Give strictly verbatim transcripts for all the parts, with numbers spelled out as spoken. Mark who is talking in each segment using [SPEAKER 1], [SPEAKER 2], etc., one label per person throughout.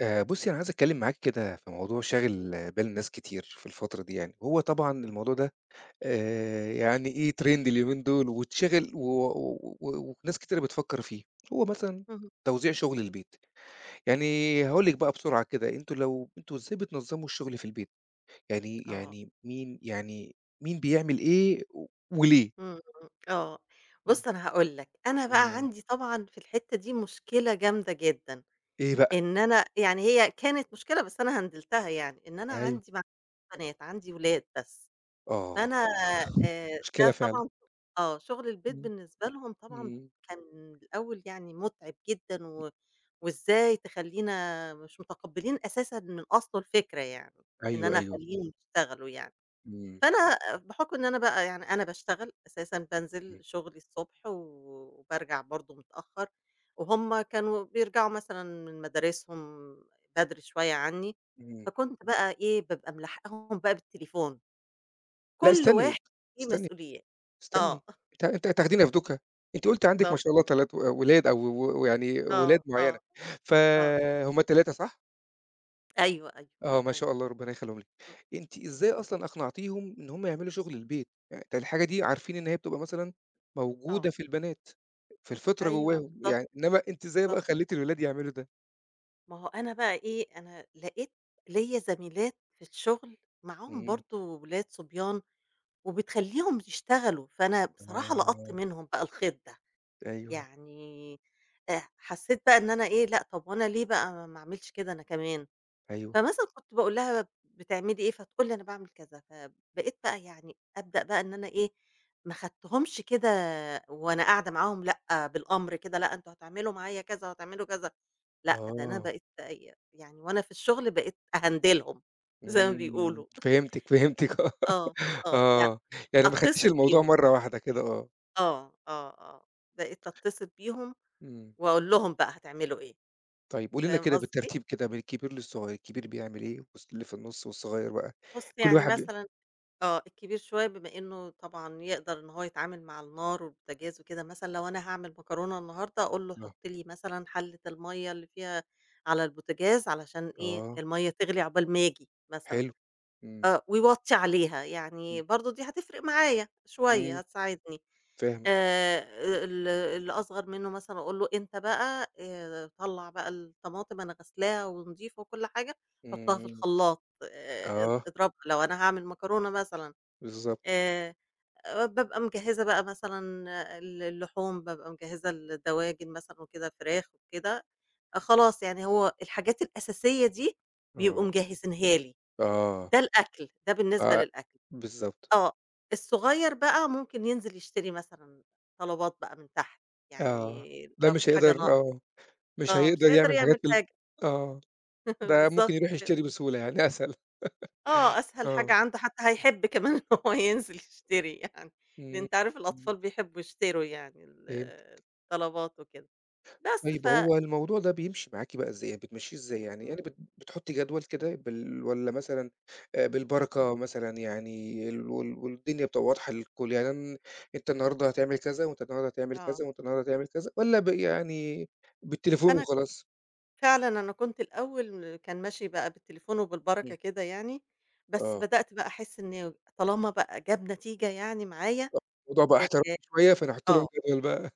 [SPEAKER 1] آآ بُصّي، أنا عايز أتكلّم معاكِ كده في موضوع شاغل بال ناس كتير في الفترة دي يعني، وهو طبعًا الموضوع ده آآ يعني إيه trend اليومين دول واتشغل و و و وناس كتيرة بتفكّر فيه، هو مثلًا
[SPEAKER 2] اهم.
[SPEAKER 1] توزيع شُغل البيت. يعني هاقول لِك بقى بسرعة كده، أنتم لو أنتم إزاي بتنظّموا الشُغل في البيت؟ يعني
[SPEAKER 2] آه.
[SPEAKER 1] يعني مين يعني مين بيعمل إيه و وليه؟
[SPEAKER 2] إمم، إمم. آه.
[SPEAKER 1] إمم،
[SPEAKER 2] بُص، أنا هاقول لك، أنا بقى
[SPEAKER 1] إمم.
[SPEAKER 2] عندي طبعًا في الحتّة دي مشكلة جامدة جدًا،
[SPEAKER 1] إيه بقى؟
[SPEAKER 2] إن أنا يعني هي كانت مشكلة بس أنا هندلتها يعني، إن أنا
[SPEAKER 1] أيوه.
[SPEAKER 2] عندي ما عنديش بنات، عندي ولاد بس.
[SPEAKER 1] آه،
[SPEAKER 2] فأنا آآ ده
[SPEAKER 1] مشكلة فعلًا.
[SPEAKER 2] طبعًا آه. شغل البيت
[SPEAKER 1] إمم،
[SPEAKER 2] بالنسبة لهم طبعًا
[SPEAKER 1] إمم.
[SPEAKER 2] كان الأول يعني مُتعب جدًا و وإزاي تخلّينا مش متقبّلين أساسًا من أصله الفكرة يعني، إن
[SPEAKER 1] أيوه،
[SPEAKER 2] أنا
[SPEAKER 1] أيوه.
[SPEAKER 2] أخلّيهم يشتغلوا يعني.
[SPEAKER 1] إمم،
[SPEAKER 2] فأنا بحُكم إن أنا بقى يعني أنا باشتغل أساسًا، بانزل
[SPEAKER 1] إمم،
[SPEAKER 2] شُغلي الصبح و وبارجع برضه متأخّر، وهُم كانوا بيرجعوا مثلًا من مدارسهم بدري شوية عنّي،
[SPEAKER 1] إمم.
[SPEAKER 2] فكنت بقى إيه، بابقى ملاحقاهم بقى بالتليفون،
[SPEAKER 1] لأ
[SPEAKER 2] كل واحد
[SPEAKER 1] استني،
[SPEAKER 2] ليه
[SPEAKER 1] استني،
[SPEAKER 2] مسؤوليات. آه.
[SPEAKER 1] استني، أنتِ أنتِ
[SPEAKER 2] إمم.
[SPEAKER 1] هتاخدينا في دُكة، أنتِ قُلتِ عندِك ما
[SPEAKER 2] بالضبط.
[SPEAKER 1] شاء الله ثلاث و ولاد أو و ويعني
[SPEAKER 2] آه،
[SPEAKER 1] ولاد معيّنة،
[SPEAKER 2] آه، آه.
[SPEAKER 1] فهُم ثلاثة صح؟
[SPEAKER 2] أيوه، أيوه،
[SPEAKER 1] آه، ما
[SPEAKER 2] أيوه.
[SPEAKER 1] شاء الله ربنا يخلّيهم لِك.
[SPEAKER 2] إمم،
[SPEAKER 1] أنتِ إزاي
[SPEAKER 2] إمم.
[SPEAKER 1] أصلًا أقنعتيهم إن هُم يعملوا شغل البيت؟ يعني ده الحاجة دي عارفين إن هي بتبقى مثلًا
[SPEAKER 2] آه.
[SPEAKER 1] موجودة في البنات، في الفطرة
[SPEAKER 2] أيوه
[SPEAKER 1] جواهم
[SPEAKER 2] بالضبط،
[SPEAKER 1] يعني، إنّما أنتِ إزاي بقى
[SPEAKER 2] بالضبط.
[SPEAKER 1] خلّيتِ الولاد يعملوا ده؟
[SPEAKER 2] ما هو أنا بقى إيه، أنا لقيت ليّا زميلات في الشُغل معاهم
[SPEAKER 1] إمم،
[SPEAKER 2] برضه ولاد صبيان وبتخلّيهم يشتغلوا، فأنا بصراحة
[SPEAKER 1] آه،
[SPEAKER 2] لقطت منهم بقى الخيط ده،
[SPEAKER 1] أيوه،
[SPEAKER 2] يعني آآ حسّيت بقى إن أنا إيه، لأ طَب وأنا ليه بقى ما ما أعملش كده أنا كمان؟
[SPEAKER 1] أيوه،
[SPEAKER 2] فمثلًا كنت باقول لها: "بتعملي إيه؟" فتقول لي: "أنا باعمل كذا." فبقيت بقى يعني أبدأ بقى إن أنا إيه، ما خدتهمش كده وأنا قاعدة معاهم لأ، بالأمر كده، لأ أنتم هتعملوا معايا كذا وهتعملوا كذا، لأ ده أنا
[SPEAKER 1] آه،
[SPEAKER 2] بقيت ي يعني وأنا في الشغل بقيت أهندلهم زي ما
[SPEAKER 1] إمم،
[SPEAKER 2] بيقولوا،
[SPEAKER 1] فهمتِك، فهمتِك آه.
[SPEAKER 2] آه، آه، يعني
[SPEAKER 1] آه، يعني ما خدتيش
[SPEAKER 2] أتصل
[SPEAKER 1] الموضوع
[SPEAKER 2] بيهم.
[SPEAKER 1] مرّة واحدة كده آه،
[SPEAKER 2] آه، آه، آه، بقيت أتصل بيهم
[SPEAKER 1] إمم،
[SPEAKER 2] وأقول لهم بقى هتعملوا إيه،
[SPEAKER 1] طيب قولي لنا
[SPEAKER 2] فاهم
[SPEAKER 1] كده
[SPEAKER 2] قصدي؟
[SPEAKER 1] بالترتيب كده من الكبير للصغير، الكبير بيعمل إيه والص اللي في النُص والصغير بقى
[SPEAKER 2] بُص
[SPEAKER 1] كل
[SPEAKER 2] يعني
[SPEAKER 1] واحد بي
[SPEAKER 2] مثلًا آه، الكبير شوية بما إنه طبعًا يقدر إن هو يتعامل مع النار والبوتاجاز وكده، مثلًا لو أنا هاعمل مكرونة النهارده أقول له
[SPEAKER 1] آه،
[SPEAKER 2] حُط لي مثلًا حلة المَيّة اللي فيها على البوتاجاز علشان إيه،
[SPEAKER 1] آه،
[SPEAKER 2] المَيّة تغلي عقبال ما آجي مثلًا.
[SPEAKER 1] حلو، إمم،
[SPEAKER 2] آه، ويوطّي عليها، يعني
[SPEAKER 1] إمم،
[SPEAKER 2] برضه دي هتفرق معايا شوية،
[SPEAKER 1] إمم،
[SPEAKER 2] هتساعدني.
[SPEAKER 1] فاهمِك،
[SPEAKER 2] آآ ال اللي أصغر منّه مثلًا أقول له أنت بقى آآ طلّع بقى الطماطم أنا غاسلاها ونضيفة وكل حاجة، حُطّها في
[SPEAKER 1] إمم،
[SPEAKER 2] الخلاط آآ اض
[SPEAKER 1] آه،
[SPEAKER 2] اضربها لو أنا هاعمل مكرونة مثلًا.
[SPEAKER 1] بالضبط،
[SPEAKER 2] آآ بابقى مجهّزة بقى مثلًا ال اللحوم، بابقى مجهّزة الدواجن مثلًا وكده، فراخ وكده، آه، خلاص يعني هو الحاجات الأساسية دي بيبقوا
[SPEAKER 1] آه،
[SPEAKER 2] مجهّزينها لي.
[SPEAKER 1] آه،
[SPEAKER 2] ده الأكل، ده بالنسبة
[SPEAKER 1] آه،
[SPEAKER 2] للأكل،
[SPEAKER 1] بالضبط،
[SPEAKER 2] آه، الصغيّر بقى ممكن ينزل يشتري مثلًا طلبات بقى من تحت،
[SPEAKER 1] آه،
[SPEAKER 2] يعني
[SPEAKER 1] ده
[SPEAKER 2] لو في
[SPEAKER 1] مش
[SPEAKER 2] حاجة
[SPEAKER 1] هيقدر
[SPEAKER 2] ناقصة
[SPEAKER 1] آه، مش
[SPEAKER 2] آه، مش
[SPEAKER 1] هيقدر
[SPEAKER 2] هيقدر
[SPEAKER 1] يعمل حاجات
[SPEAKER 2] يعمل
[SPEAKER 1] ال
[SPEAKER 2] حاجة.
[SPEAKER 1] آه، ده ممكن
[SPEAKER 2] بالضبط
[SPEAKER 1] يروح يشتري
[SPEAKER 2] كده،
[SPEAKER 1] بسهولة يعني أسهل،
[SPEAKER 2] آه، أسهل حاجة
[SPEAKER 1] آه،
[SPEAKER 2] عنده حتى هيحب كمان إن هو ينزل يشتري يعني، لأن
[SPEAKER 1] إمم،
[SPEAKER 2] أنت عارف
[SPEAKER 1] إمم،
[SPEAKER 2] الأطفال بيحبوا يشتروا يعني ال
[SPEAKER 1] فهمت.
[SPEAKER 2] الطلبات وكده، بس ف
[SPEAKER 1] طيب هو الموضوع ده بيمشي معاكِ بقى إزاي، يعني بتمشّيه إزاي يعني، يعني
[SPEAKER 2] إمم،
[SPEAKER 1] بت بتحطّي جدول كده بال والّا مثلًا آآ
[SPEAKER 2] إمم،
[SPEAKER 1] بالبركة مثلًا يعني ال وال والدنيا بتبقى واضحة للكل، يعني أن أنت النهارده هتعمل كذا، وأنت النهارده هتعمل
[SPEAKER 2] آه،
[SPEAKER 1] كذا، وأنت النهارده هتعمل كذا، والّا ب يعني بالتليفون
[SPEAKER 2] أنا ك
[SPEAKER 1] وخلاص؟
[SPEAKER 2] فعلًا أنا كنت الأول كان ماشي بقى بالتليفون
[SPEAKER 1] إمم،
[SPEAKER 2] وبالبركة كده يعني، بس
[SPEAKER 1] آه.
[SPEAKER 2] بدأت بقى أحس إن طالما بقى جاب نتيجة يعني معايا
[SPEAKER 1] الموضوع بقى
[SPEAKER 2] آآ
[SPEAKER 1] احترافي شوية فنحط لهم
[SPEAKER 2] آه،
[SPEAKER 1] جدول بقى،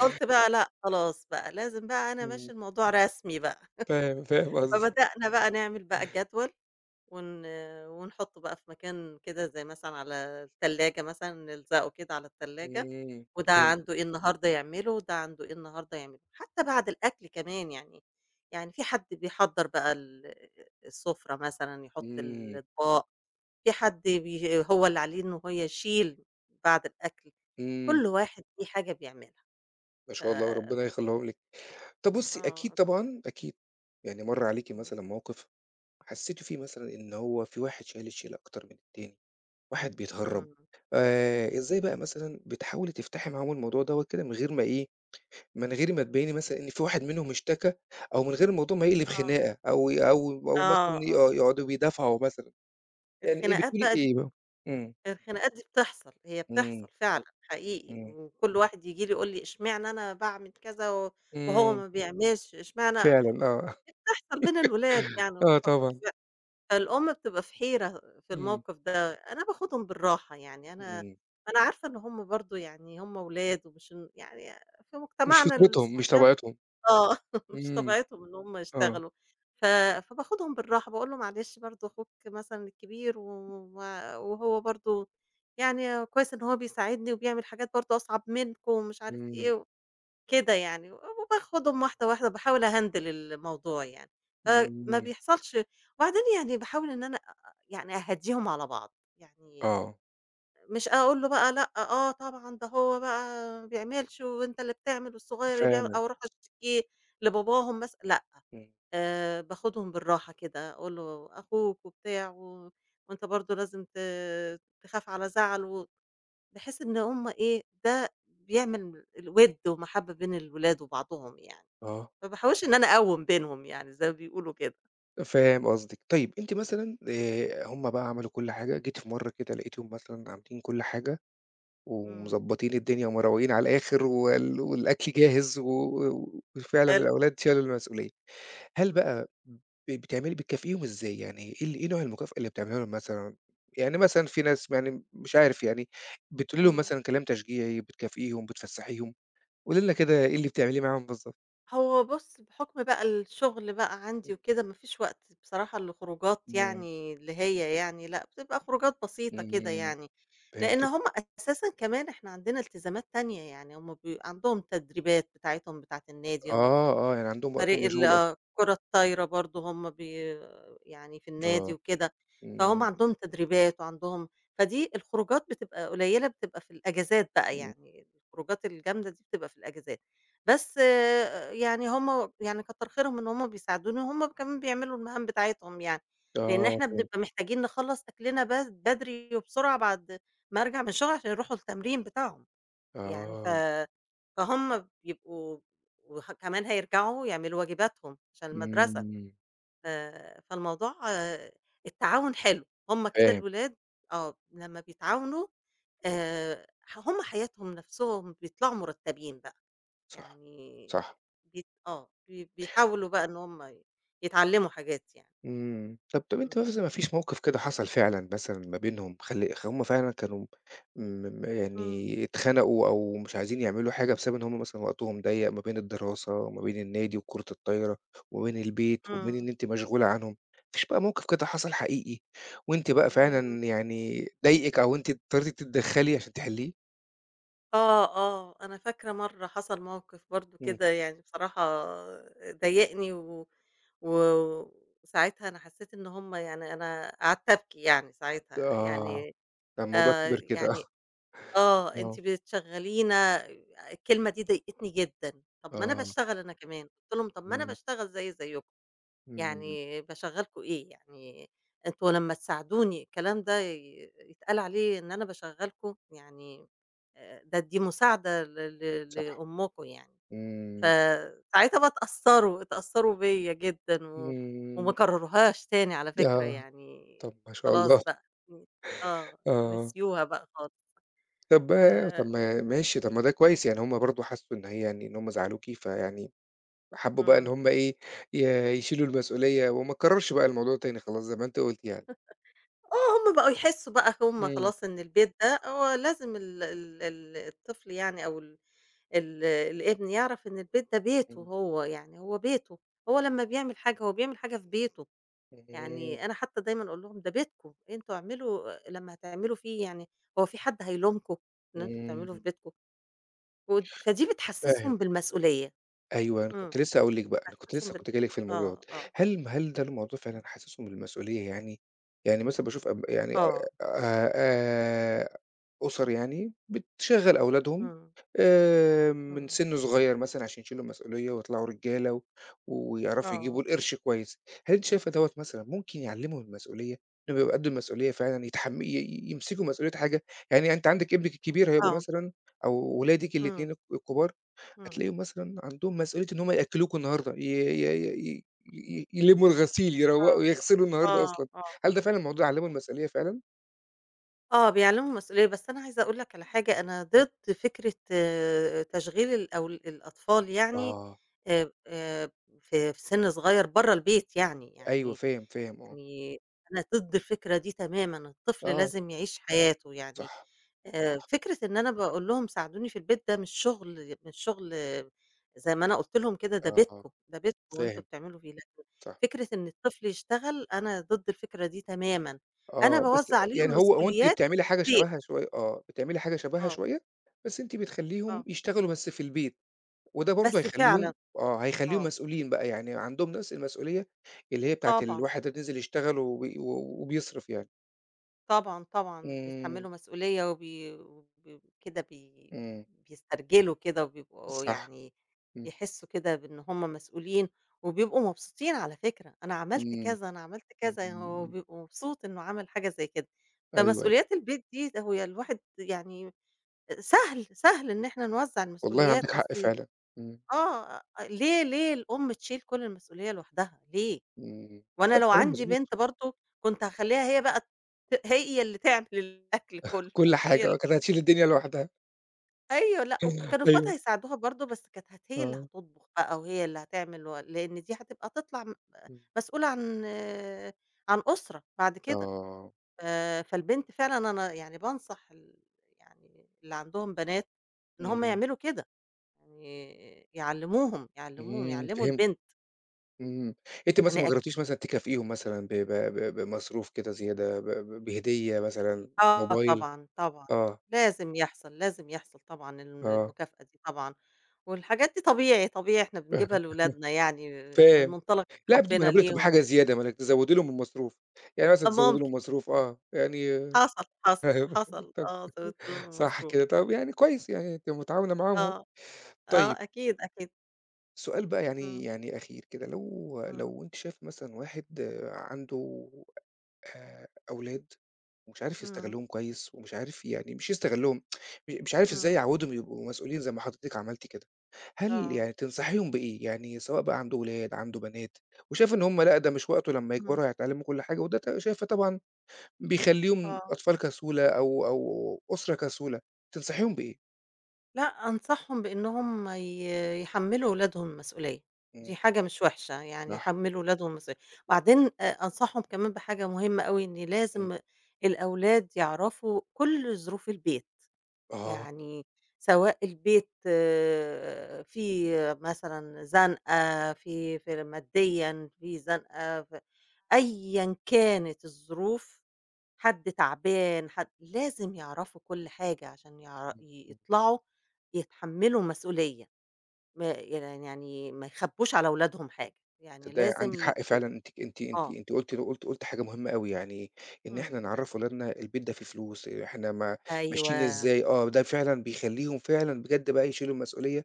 [SPEAKER 2] قُلت بقى لأ خلاص بقى لازم بقى أنا
[SPEAKER 1] إمم.
[SPEAKER 2] أمشّي الموضوع رسمي بقى.
[SPEAKER 1] فاهم، فاهم قصدك،
[SPEAKER 2] فبدأنا بقى نعمل بقى جدول ون ونحطه بقى في مكان كده زي مثلًا على التلاجة مثلًا، نلزقه كده على التلاجة،
[SPEAKER 1] إمم،
[SPEAKER 2] وده
[SPEAKER 1] فهمت،
[SPEAKER 2] عنده إيه النهارده يعمله، وده عنده إيه النهارده يعمله، حتى بعد الأكل كمان يعني، يعني في حد بيحضّر بقى ال السفرة مثلًا، يحط
[SPEAKER 1] إمم،
[SPEAKER 2] الأطباق، في حد بي هو اللي عليه إن هو يشيل بعد الأكل،
[SPEAKER 1] إمم،
[SPEAKER 2] كل واحد ليه حاجة بيعملها،
[SPEAKER 1] ما شاء الله ربنا
[SPEAKER 2] ف
[SPEAKER 1] يخلّيهم لِك. طب بُصّي أكيد
[SPEAKER 2] آه،
[SPEAKER 1] طبعًا، أكيد يعني مَر عليكِ
[SPEAKER 2] إمم،
[SPEAKER 1] مثلًا موقف حسيتِ فيه مثلًا إن هو في واحد شايل الشيلة أكتر من التاني، واحد بيتهرّب،
[SPEAKER 2] إمم،
[SPEAKER 1] آآ إزاي بقى مثلًا بتحاولي تفتحي معاهم الموضوع دوّة كده من غير ما إيه، من غير ما تبيّني مثلًا إن في واحد منهم اشتكى أو من غير الموضوع ما يقلب
[SPEAKER 2] آه،
[SPEAKER 1] خناقة أو ي أو أو مثلًا
[SPEAKER 2] آه، آه،
[SPEAKER 1] آه، يقعدوا بيدافعوا مثلًا، يعني إيه
[SPEAKER 2] الخناقات
[SPEAKER 1] بتقولي
[SPEAKER 2] بقى دي
[SPEAKER 1] إيه بقى؟ إمم،
[SPEAKER 2] الخناقات دي بتحصل، هي
[SPEAKER 1] إمم،
[SPEAKER 2] بتحصل فعلًا حقيقي،
[SPEAKER 1] إمم،
[SPEAKER 2] وكل واحد ييجي لي يقول لي إشمعنى أنا باعمل كذا و وهو
[SPEAKER 1] إمم،
[SPEAKER 2] ما بيعملش، إشمعنى
[SPEAKER 1] فعلًا آه،
[SPEAKER 2] بتحصل بين الولاد يعني.
[SPEAKER 1] آه طبعًا،
[SPEAKER 2] فالأم بتبقى في حيرة في
[SPEAKER 1] إمم،
[SPEAKER 2] الموقف ده، أنا باخدهم بالراحة يعني، أنا
[SPEAKER 1] إمم،
[SPEAKER 2] أنا عارفة إن هُم برضه يعني هُم ولاد ومش إن- يعني في
[SPEAKER 1] مش
[SPEAKER 2] مجتمعنا
[SPEAKER 1] فطرتهم، مش
[SPEAKER 2] الصبيان
[SPEAKER 1] طبيعتهم،
[SPEAKER 2] آه، مش
[SPEAKER 1] إمم،
[SPEAKER 2] طبيعتهم إن هم
[SPEAKER 1] آه،
[SPEAKER 2] يشتغلوا، ف فباخدهم بالراحة، باقول له: "معلش برضه أخوك مثلًا الكبير و و- وهو برضه يعني كويس إن هو بيساعدني وبيعمل حاجات برضه أصعب منكم." ومش عارف إيه
[SPEAKER 1] إمم،
[SPEAKER 2] وكده يعني، وباخدهم واحدة، واحدة، باحاول أهندل الموضوع يعني، فما
[SPEAKER 1] إمم،
[SPEAKER 2] بيحصلش وبعدين يعني باحاول إن أنا أ أ يعني أهدّيهم على بعض، يعني
[SPEAKER 1] آه،
[SPEAKER 2] مش أقول له بقى لأ، آه طبعًا ده هو بقى ما بيعملش وأنت اللي بتعمل والصغير اللي بيعمل
[SPEAKER 1] فعلًا،
[SPEAKER 2] أو أروح أشتكي لباباهم مثلًا، لأ،
[SPEAKER 1] إمم،
[SPEAKER 2] آآ باخدهم بالراحة كده، أقول له أخوك وبتاع و وأنت برضه لازم ت تخاف على زعله، بحيث إن هم إيه، ده بيعمل الوِد ومَحبّة بين الولاد وبعضهم يعني،
[SPEAKER 1] آه.
[SPEAKER 2] ما باحاولش إن أنا أقوّم بينهم يعني زي ما بيقولوا كده.
[SPEAKER 1] فاهم قصدِك. طيب أنتِ مثلًا
[SPEAKER 2] إمم،
[SPEAKER 1] آآ هم بقى عملوا كل حاجة، جيتِ في مرّة كده لقيتيهم مثلًا عاملين كل حاجة
[SPEAKER 2] إمم.
[SPEAKER 1] ومضبّطين الدنيا ومروّقين على الآخر وال والأكل جاهز و و- وفعلًا
[SPEAKER 2] حلو.
[SPEAKER 1] الأولاد شالوا المسؤولية. هل
[SPEAKER 2] إمم،
[SPEAKER 1] بقى ب بتعملي بتكافئيهم إزاي؟ يعني إيه ال إيه نوع المكافأة اللي بتعمليها لهم مثلًا؟ يعني مثلًا في ناس يعني مش عارف يعني بتقولي لهم
[SPEAKER 2] إمم.
[SPEAKER 1] مثلًا كلام تشجيعي، بتكافئيهم، بتفسّحيهم؟ قولي لنا كده إيه اللي بتعمليه معاهم بالضبط؟
[SPEAKER 2] هو بُص، بحُكم بقى الشغل بقى عندي
[SPEAKER 1] إمم.
[SPEAKER 2] وكده، ما فيش وقت بصراحة لخروجات
[SPEAKER 1] إمم.
[SPEAKER 2] يعني اللي هي يعني لأ، بتبقى خروجات بسيطة كده
[SPEAKER 1] إمم.
[SPEAKER 2] يعني، لإن
[SPEAKER 1] فهمتِك.
[SPEAKER 2] هم أساسًا كمان إحنا عندنا التزامات تانية، يعني هم بي عندهم تدريبات بتاعتهم بتاعة النادي، هم ف
[SPEAKER 1] آه، آه. يعني عندهم وقتهم
[SPEAKER 2] فريق ال
[SPEAKER 1] مشغول
[SPEAKER 2] آه،
[SPEAKER 1] أصلًا.
[SPEAKER 2] الكرة الطايرة برضه هم بي يعني في النادي
[SPEAKER 1] آه،
[SPEAKER 2] وكده، فهُم
[SPEAKER 1] إمم،
[SPEAKER 2] عندهم تدريبات وعندهم فدي الخروجات بتبقى قليلة بتبقى في الأجازات بقى
[SPEAKER 1] إمم،
[SPEAKER 2] يعني، الخروجات الجامدة دي بتبقى في الأجازات، بس آه، يعني هم يعني كتّر خيرهم إن هم بيساعدوني وهم كمان بيعملوا المهام بتاعتهم يعني، لإن
[SPEAKER 1] آه
[SPEAKER 2] إحنا
[SPEAKER 1] فهمت،
[SPEAKER 2] بنبقى محتاجين نخلّص أكلنا بس بدري وبسرعة بعد ما أرجع من الشغل عشان يروحوا التمرين بتاعهم. يعني ف
[SPEAKER 1] آه،
[SPEAKER 2] فهُم بيبقوا وه كمان هيرجعوا يعملوا واجباتهم عشان المدرسة،
[SPEAKER 1] إمم،
[SPEAKER 2] ف فالموضوع آه، التعاون حلو، هُم كده
[SPEAKER 1] فاهم،
[SPEAKER 2] الولاد آه، لمّا بيتعاونوا آآ، هُم حياتهم نَفْسهم بيطلعوا مرتبين بقى،
[SPEAKER 1] صح،
[SPEAKER 2] يعني
[SPEAKER 1] صح،
[SPEAKER 2] بيت آه، بي بيحاولوا بقى إن هُم ي يتعلموا حاجات يعني،
[SPEAKER 1] إمم، طب طب أنتِ
[SPEAKER 2] إمم،
[SPEAKER 1] مثلًا ما فيش موقف كده حصل فعلًا مثلًا ما بينهم خل هُم فعلًا كانوا م
[SPEAKER 2] إمم،
[SPEAKER 1] يعني اتخنقوا أو مش عايزين يعملوا حاجة بسبب إن هُم مثلًا وقتهم ضيّق ما بين الدراسة وما بين النادي وكرة الطايرة وما بين البيت وما
[SPEAKER 2] إمم،
[SPEAKER 1] بين إن أنتِ مشغولة عنهم، ما فيش بقى موقف كده حصل حقيقي وأنتِ بقى
[SPEAKER 2] آآ
[SPEAKER 1] فعلًا يعني ضايقِك أو أنتِ اضطريتِ تتدخلي عشان تحليه؟
[SPEAKER 2] آه، آه، أنا فاكرة مرّة حصل موقف برضه
[SPEAKER 1] إمم،
[SPEAKER 2] كده يعني بصراحة ضايقني و و وساعتها أنا حسّيت إن هُم يعني أنا قعدت أبكي يعني ساعتها،
[SPEAKER 1] آه.
[SPEAKER 2] يعني
[SPEAKER 1] ده الموضوع
[SPEAKER 2] آآ،
[SPEAKER 1] كبر كده
[SPEAKER 2] يعني آه، أنتِ
[SPEAKER 1] آه،
[SPEAKER 2] بتشغّلينا الكلمة دي ضايقتني جدًا، طَب ما أنا
[SPEAKER 1] آه،
[SPEAKER 2] باشتغل أنا كمان، قُلت لهم: "طَب ما أنا
[SPEAKER 1] إمم،
[SPEAKER 2] باشتغل زيي زيكم."
[SPEAKER 1] إمم،
[SPEAKER 2] يعني باشغّلكم إيه، يعني أنتم لمّا تساعدوني الكلام ده ي يتقال عليه إن أنا باشغّلكم، يعني آآ ده دي مساعدة ل ل
[SPEAKER 1] صح،
[SPEAKER 2] لأمكم يعني،
[SPEAKER 1] إمم،
[SPEAKER 2] فساعتها بقى اتأثّروا، اتأثّروا بيّا جدًا و وما
[SPEAKER 1] إمم،
[SPEAKER 2] كرروهاش تاني على فكرة
[SPEAKER 1] آه،
[SPEAKER 2] يعني،
[SPEAKER 1] طب ما شاء
[SPEAKER 2] خلاص
[SPEAKER 1] الله،
[SPEAKER 2] بقى ن آه،
[SPEAKER 1] آه،
[SPEAKER 2] نسيوها بقى خالص.
[SPEAKER 1] طب
[SPEAKER 2] ف
[SPEAKER 1] طب ما ماشي، طب ما ده كويس يعني هُم برضه حسّوا إن هي يعني إن هُم زعلوكِ، فيعني حبّوا بقى إن
[SPEAKER 2] إمم.
[SPEAKER 1] هُم إيه، ي يشيلوا المسؤولية وما تكرّرش بقى الموضوع تاني خلاص زي ما أنتِ قُلتِ يعني.
[SPEAKER 2] آه. هم بقوا يحسّوا بقى هم
[SPEAKER 1] إمم،
[SPEAKER 2] خلاص إن البيت ده هو لازم ال ال ال الطفل يعني أو ال ال الابن يعرف إن البيت ده بيته
[SPEAKER 1] إمم،
[SPEAKER 2] هو، يعني هو بيته، هو لمّا بيعمل حاجة هو بيعمل حاجة في بيته،
[SPEAKER 1] إمم،
[SPEAKER 2] يعني أنا حتى دايمًا أقول لهم ده بيتكم، أنتم اعملوا لمّا هتعملوا فيه يعني هو في حد هيلومكم إن أنتم بتعملوا في
[SPEAKER 1] إمم،
[SPEAKER 2] بيتكم؟ ود فدي
[SPEAKER 1] فاهم.
[SPEAKER 2] بتحسسهم بالمسؤولية،
[SPEAKER 1] أيوه، أنا
[SPEAKER 2] إمم،
[SPEAKER 1] كنت لسه هاقول لِك بقى، أنا كنت
[SPEAKER 2] بتحسسهم
[SPEAKER 1] لسه
[SPEAKER 2] بال
[SPEAKER 1] كنت جاي لِك في الموضوع دوّة،
[SPEAKER 2] آه، آه،
[SPEAKER 1] هل هل ده الموضوع
[SPEAKER 2] إمم،
[SPEAKER 1] فعلًا حاسسهم بالمسؤولية يعني؟ يعني مثلًا باشوف أب يعني
[SPEAKER 2] آه،
[SPEAKER 1] آآ آآ أُسَر يعني بتشغّل أولادهم
[SPEAKER 2] إمم،
[SPEAKER 1] آآ من
[SPEAKER 2] إمم،
[SPEAKER 1] سِن صغيّر مثلًا عشان يشيلوا المسؤولية ويطلعوا رجالة و ويعرفوا يجيبوا
[SPEAKER 2] آه،
[SPEAKER 1] القرش كويس، هل أنتِ شايفة دوّة مثلًا ممكن يعلّمهم المسؤولية، إنّهم يبقوا قد المسؤولية فعلًا يتحم ي ي يمسكوا مسؤولية حاجة؟ يعني أنتِ عندِك ابنِك الكبير هيبقى
[SPEAKER 2] آه،
[SPEAKER 1] مثلًا أو ولادِك
[SPEAKER 2] إمم،
[SPEAKER 1] الاتنين الك الكبار
[SPEAKER 2] إمم،
[SPEAKER 1] هتلاقيهم مثلًا عندهم مسؤولية إن هُم يأكّلوكم النهارده، ي ي ي ي يلمّوا الغسيل،
[SPEAKER 2] آه،
[SPEAKER 1] يروّقوا، يغسلوا النهارده
[SPEAKER 2] آه،
[SPEAKER 1] أصلًا.
[SPEAKER 2] آه.
[SPEAKER 1] هل ده فعلًا الموضوع علّمه المسؤولية فعلًا؟
[SPEAKER 2] آه، بيعلّموا المسؤولية، بس أنا عايزة أقول لك على حاجة، أنا
[SPEAKER 1] إمم.
[SPEAKER 2] ضد فكرة آآ تشغيل الأول الأطفال يعني
[SPEAKER 1] آه،
[SPEAKER 2] آآ آآ في في سِن صغير برّه البيت يعني،
[SPEAKER 1] أيوه
[SPEAKER 2] يعني
[SPEAKER 1] فاهم، فاهم آه.
[SPEAKER 2] يعني أنا ضد الفكرة دي تمامًا، الطفل
[SPEAKER 1] آه،
[SPEAKER 2] لازم يعيش حياته يعني،
[SPEAKER 1] صح.
[SPEAKER 2] آآ فكرة إن أنا باقول لهم ساعدوني في البيت ده مش شغل مش شغل آه، زي ما أنا قُلت لهم كده، ده
[SPEAKER 1] آه،
[SPEAKER 2] بيتكم، ده بيتكم وأنتم
[SPEAKER 1] فاهم،
[SPEAKER 2] بتعملوا فيه، لكن
[SPEAKER 1] صح.
[SPEAKER 2] فكرة إن الطفل يشتغل، أنا ضد الفكرة دي تمامًا، أنا
[SPEAKER 1] آه، بس
[SPEAKER 2] باوزّع عليهم
[SPEAKER 1] يعني هو هو أنتِ اللي
[SPEAKER 2] مسؤوليات
[SPEAKER 1] بتعملي حاجة
[SPEAKER 2] كتير،
[SPEAKER 1] شبهها شوية آه، بتعملي حاجة شبهها
[SPEAKER 2] آه،
[SPEAKER 1] شوية، بس أنتِ
[SPEAKER 2] آه،
[SPEAKER 1] بتخلّيهم يشتغلوا بس في البيت، وده برضه
[SPEAKER 2] بس
[SPEAKER 1] هيخلّيهم
[SPEAKER 2] فعلًا
[SPEAKER 1] آه، هيخلّيهم
[SPEAKER 2] آه،
[SPEAKER 1] مسؤولين بقى، يعني عندهم نفس المسؤولية اللي هي بتاعة
[SPEAKER 2] طبعًا،
[SPEAKER 1] الواحد اللي نزل يشتغل وبي و وبيصرف يعني.
[SPEAKER 2] طبعًا، طبعًا
[SPEAKER 1] إمم.
[SPEAKER 2] بيتحمّلوا مسؤولية وبي وب كده بي
[SPEAKER 1] إمم،
[SPEAKER 2] بيسترجلوا كده وبيبقوا
[SPEAKER 1] صح،
[SPEAKER 2] يعني
[SPEAKER 1] إمم،
[SPEAKER 2] يحسّوا كده بإن هم مسؤولين، وبيبقوا مبسوطين على فكرة، أنا عملت
[SPEAKER 1] إمم،
[SPEAKER 2] كذا، أنا عملت كذا، يعني هو
[SPEAKER 1] إمم،
[SPEAKER 2] بيبقى مبسوط إنه عمل حاجة زي كده،
[SPEAKER 1] أيوه، أيوه،
[SPEAKER 2] فمسؤوليات البيت دي ده هو الواحد يعني سهل، سهل إن إحنا نوزّع
[SPEAKER 1] والله
[SPEAKER 2] المسؤوليات،
[SPEAKER 1] عندِك حق
[SPEAKER 2] أصل
[SPEAKER 1] فعلًا، إمم،
[SPEAKER 2] آه، آه، ليه ليه الأم تشيل كل المسؤولية لوحدها، ليه؟
[SPEAKER 1] إمم،
[SPEAKER 2] وأنا
[SPEAKER 1] لأ
[SPEAKER 2] لو
[SPEAKER 1] كلام
[SPEAKER 2] عندي
[SPEAKER 1] مضبوط،
[SPEAKER 2] بنت برضه كنت هاخلّيها هي بقى ت هي اللي تعمل الأكل كلّه.
[SPEAKER 1] كل
[SPEAKER 2] وهي
[SPEAKER 1] حاجة
[SPEAKER 2] ال
[SPEAKER 1] آه، كانت هتشيل الدنيا لوحدها،
[SPEAKER 2] أيوه لأ، وكانوا أخواتها
[SPEAKER 1] أيوه،
[SPEAKER 2] هيساعدوها برضه بس كانت هت هي اللي
[SPEAKER 1] آه،
[SPEAKER 2] هتطبخ بقى وهي اللي هتعمل و لإن دي هتبقى تطلع م
[SPEAKER 1] إمم،
[SPEAKER 2] مسؤولة عن آه، عن أسرة بعد كده،
[SPEAKER 1] آه،
[SPEAKER 2] ف فالبنت فعلًا أنا يعني بانصح ال يعني اللي عندهم بنات إن هم
[SPEAKER 1] إمم،
[SPEAKER 2] يعملوا كده، يعني يعلّموهم، يعلّموهم،
[SPEAKER 1] إمم،
[SPEAKER 2] يعلّموا
[SPEAKER 1] فهمت،
[SPEAKER 2] البنت
[SPEAKER 1] إمم، أنتِ مثلًا ما
[SPEAKER 2] يعني
[SPEAKER 1] جربتيش مثلًا تكافئيهم مثلًا ب ب ب بمصروف كده زيادة، ب ب بهدية مثلًا،
[SPEAKER 2] آه
[SPEAKER 1] موبايل؟
[SPEAKER 2] طبعًا، طبعًا.
[SPEAKER 1] آه،
[SPEAKER 2] لازم يحصل، لازم يحصل طبعًا الم
[SPEAKER 1] آه،
[SPEAKER 2] المكافأة دي طبعًا، والحاجات دي طبيعي، طبيعي إحنا بنجيبها لولادنا يعني من
[SPEAKER 1] فاهم،
[SPEAKER 2] منطلق
[SPEAKER 1] لأ بدون ما
[SPEAKER 2] حُبنا
[SPEAKER 1] أنا باقول لِك طب
[SPEAKER 2] ليهم.
[SPEAKER 1] حاجة زيادة، ما إنِّك تزوّدي لهم المصروف، يعني مثلًا
[SPEAKER 2] آه
[SPEAKER 1] تزوّدي
[SPEAKER 2] ممكن،
[SPEAKER 1] لهم مصروف آه، يعني
[SPEAKER 2] حصل، حصل، حصل آه، زوّدت لهم
[SPEAKER 1] صح
[SPEAKER 2] المصروف.
[SPEAKER 1] كده، طب يعني كويس يعني أنتِ متعاونة معاهم أهو.
[SPEAKER 2] آه،
[SPEAKER 1] طيب
[SPEAKER 2] آه أكيد، أكيد.
[SPEAKER 1] سؤال بقى
[SPEAKER 2] إمم،
[SPEAKER 1] يعني يعني أخير كده، لو
[SPEAKER 2] إمم،
[SPEAKER 1] لو أنتِ شايفة مثلًا واحد آه، عنده آآ أولاد ومش عارف
[SPEAKER 2] إمم،
[SPEAKER 1] يستغلّهم كويس ومش عارف يعني مش يستغلّهم، م مش عارف إزاي
[SPEAKER 2] إمم،
[SPEAKER 1] يعوّدهم يبقوا مسؤولين زي ما حضرتِك عملتِ كده، هل
[SPEAKER 2] آه،
[SPEAKER 1] يعني تنصحيهم بإيه؟ يعني سواء بقى عنده ولاد، عنده بنات وشايفة إن هم لأ، ده مش وقته لمّا
[SPEAKER 2] إمم،
[SPEAKER 1] يكبروا هيتعلّموا كل حاجة وده ت شايفة طبعًا بيخلّيهم
[SPEAKER 2] آه.
[SPEAKER 1] أطفال كسولة أو أو أسرة كسولة، تنصحيهم بإيه؟
[SPEAKER 2] لأ، أنصحهم بإنهم ي يحمّلوا ولادهم المسؤولية، دي
[SPEAKER 1] إمم،
[SPEAKER 2] حاجة مش وحشة، يعني
[SPEAKER 1] صح.
[SPEAKER 2] يحمّلوا ولادهم المسؤولية. وبعدين أ أنصحهم كمان بحاجة مهمة أوي، إن
[SPEAKER 1] إمم.
[SPEAKER 2] لازم الأولاد يعرفوا كل ظروف البيت،
[SPEAKER 1] آه.
[SPEAKER 2] يعني سواء البيت آه، فيه مثلًا زنقة، في في ماديًا، في زنقة، ف أيًا كانت الظروف حد تعبان، حد لازم يعرفوا كل حاجة عشان يعر
[SPEAKER 1] إمم، إمم.
[SPEAKER 2] يطلعوا يتحمّلوا مسؤولية، ما يعني يعني ما يخبّوش على ولادهم حاجة، يعني
[SPEAKER 1] تصدّقي عندِك
[SPEAKER 2] لازم
[SPEAKER 1] حق
[SPEAKER 2] يبقوا
[SPEAKER 1] فعلًا أنتِ أنتِ أنتِ
[SPEAKER 2] آه،
[SPEAKER 1] أنتِ قُلتِ قُلتِ قُلتِ حاجة مهمة أوي، يعني إن إحنا
[SPEAKER 2] إمم،
[SPEAKER 1] نعرّف ولادنا البيت ده فيه فلوس، إحنا ما ماشيين
[SPEAKER 2] أيوه،
[SPEAKER 1] إزاي آه، ده فعلًا بيخلّيهم فعلًا بجد بقى يشيلوا المسؤولية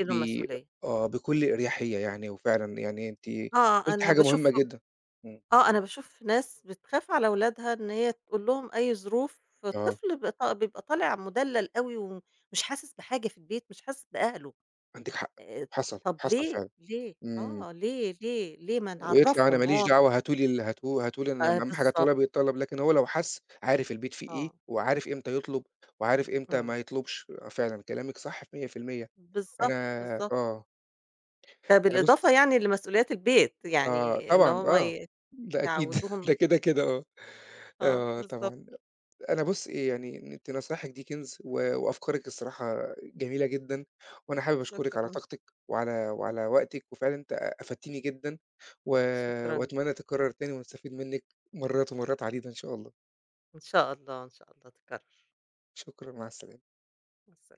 [SPEAKER 1] ب
[SPEAKER 2] مسؤولية،
[SPEAKER 1] آه، بكل إريحية يعني، وفعلًا يعني أنتِ
[SPEAKER 2] آه،
[SPEAKER 1] قُلتِ
[SPEAKER 2] أنا
[SPEAKER 1] حاجة مهمة
[SPEAKER 2] باشوف
[SPEAKER 1] جدًا. إمم،
[SPEAKER 2] آه، أنا باشوف ناس بتخاف على ولادها إن هي تقول لهم أي ظروف،
[SPEAKER 1] آه،
[SPEAKER 2] فالطفل بيبق بيبقى طالع مُدلّل أوي ومش حاسس بحاجة في البيت، مش حاسس بأهله،
[SPEAKER 1] عندِك حق،
[SPEAKER 2] آآ،
[SPEAKER 1] حصل،
[SPEAKER 2] طَب
[SPEAKER 1] حصل
[SPEAKER 2] ليه،
[SPEAKER 1] فعلًا.
[SPEAKER 2] ليه؟
[SPEAKER 1] إمم.
[SPEAKER 2] آه، ليه، ليه، ليه ما
[SPEAKER 1] ويطلع أنا
[SPEAKER 2] نعرّفهم
[SPEAKER 1] ما ليش
[SPEAKER 2] هو
[SPEAKER 1] دعوة هاتوا لي ال هاتوه هاتوا لي أنا
[SPEAKER 2] آآ
[SPEAKER 1] أهم حاجة طلبي
[SPEAKER 2] بالضبط،
[SPEAKER 1] الطلب يتطلب، لكن هو لو حَس عارف البيت فيه إيه،
[SPEAKER 2] آه،
[SPEAKER 1] وعارف إمتى يطلب، وعارف إمتى
[SPEAKER 2] إمم،
[SPEAKER 1] ما يطلبش، آه، فعلًا كلامِك صح في مية في المية أنا
[SPEAKER 2] بالضبط، بالضبط.
[SPEAKER 1] آه،
[SPEAKER 2] ده
[SPEAKER 1] أنا بُص
[SPEAKER 2] بالإضافة يعني لمسؤوليات البيت،
[SPEAKER 1] آه،
[SPEAKER 2] يعني إن
[SPEAKER 1] طبعًا
[SPEAKER 2] هُم
[SPEAKER 1] آه،
[SPEAKER 2] ي
[SPEAKER 1] ده أكيد
[SPEAKER 2] يعوّدوهم
[SPEAKER 1] ده كده، كده آه،
[SPEAKER 2] آه،
[SPEAKER 1] آه
[SPEAKER 2] بالضبط،
[SPEAKER 1] طبعًا. أنا بُصّي، يعني أنتِ نصايحِك دي كنز و وأفكارِك الصراحة جميلة جدًا، وأنا حابب أشكرِك على
[SPEAKER 2] شكرًا،
[SPEAKER 1] طاقتِك وعلى وعلى وقتِك، وفعلًا أنتِ أفدتيني جدًا و
[SPEAKER 2] شكرًا جدًا،
[SPEAKER 1] وأتمنى تتكرر تاني ونستفيد منِّك مرّات ومرّات عديدة إن شاء الله.
[SPEAKER 2] إن شاء الله، إن شاء الله تتكرر.
[SPEAKER 1] شكرًا، مع السلامة.
[SPEAKER 2] مع السلامة.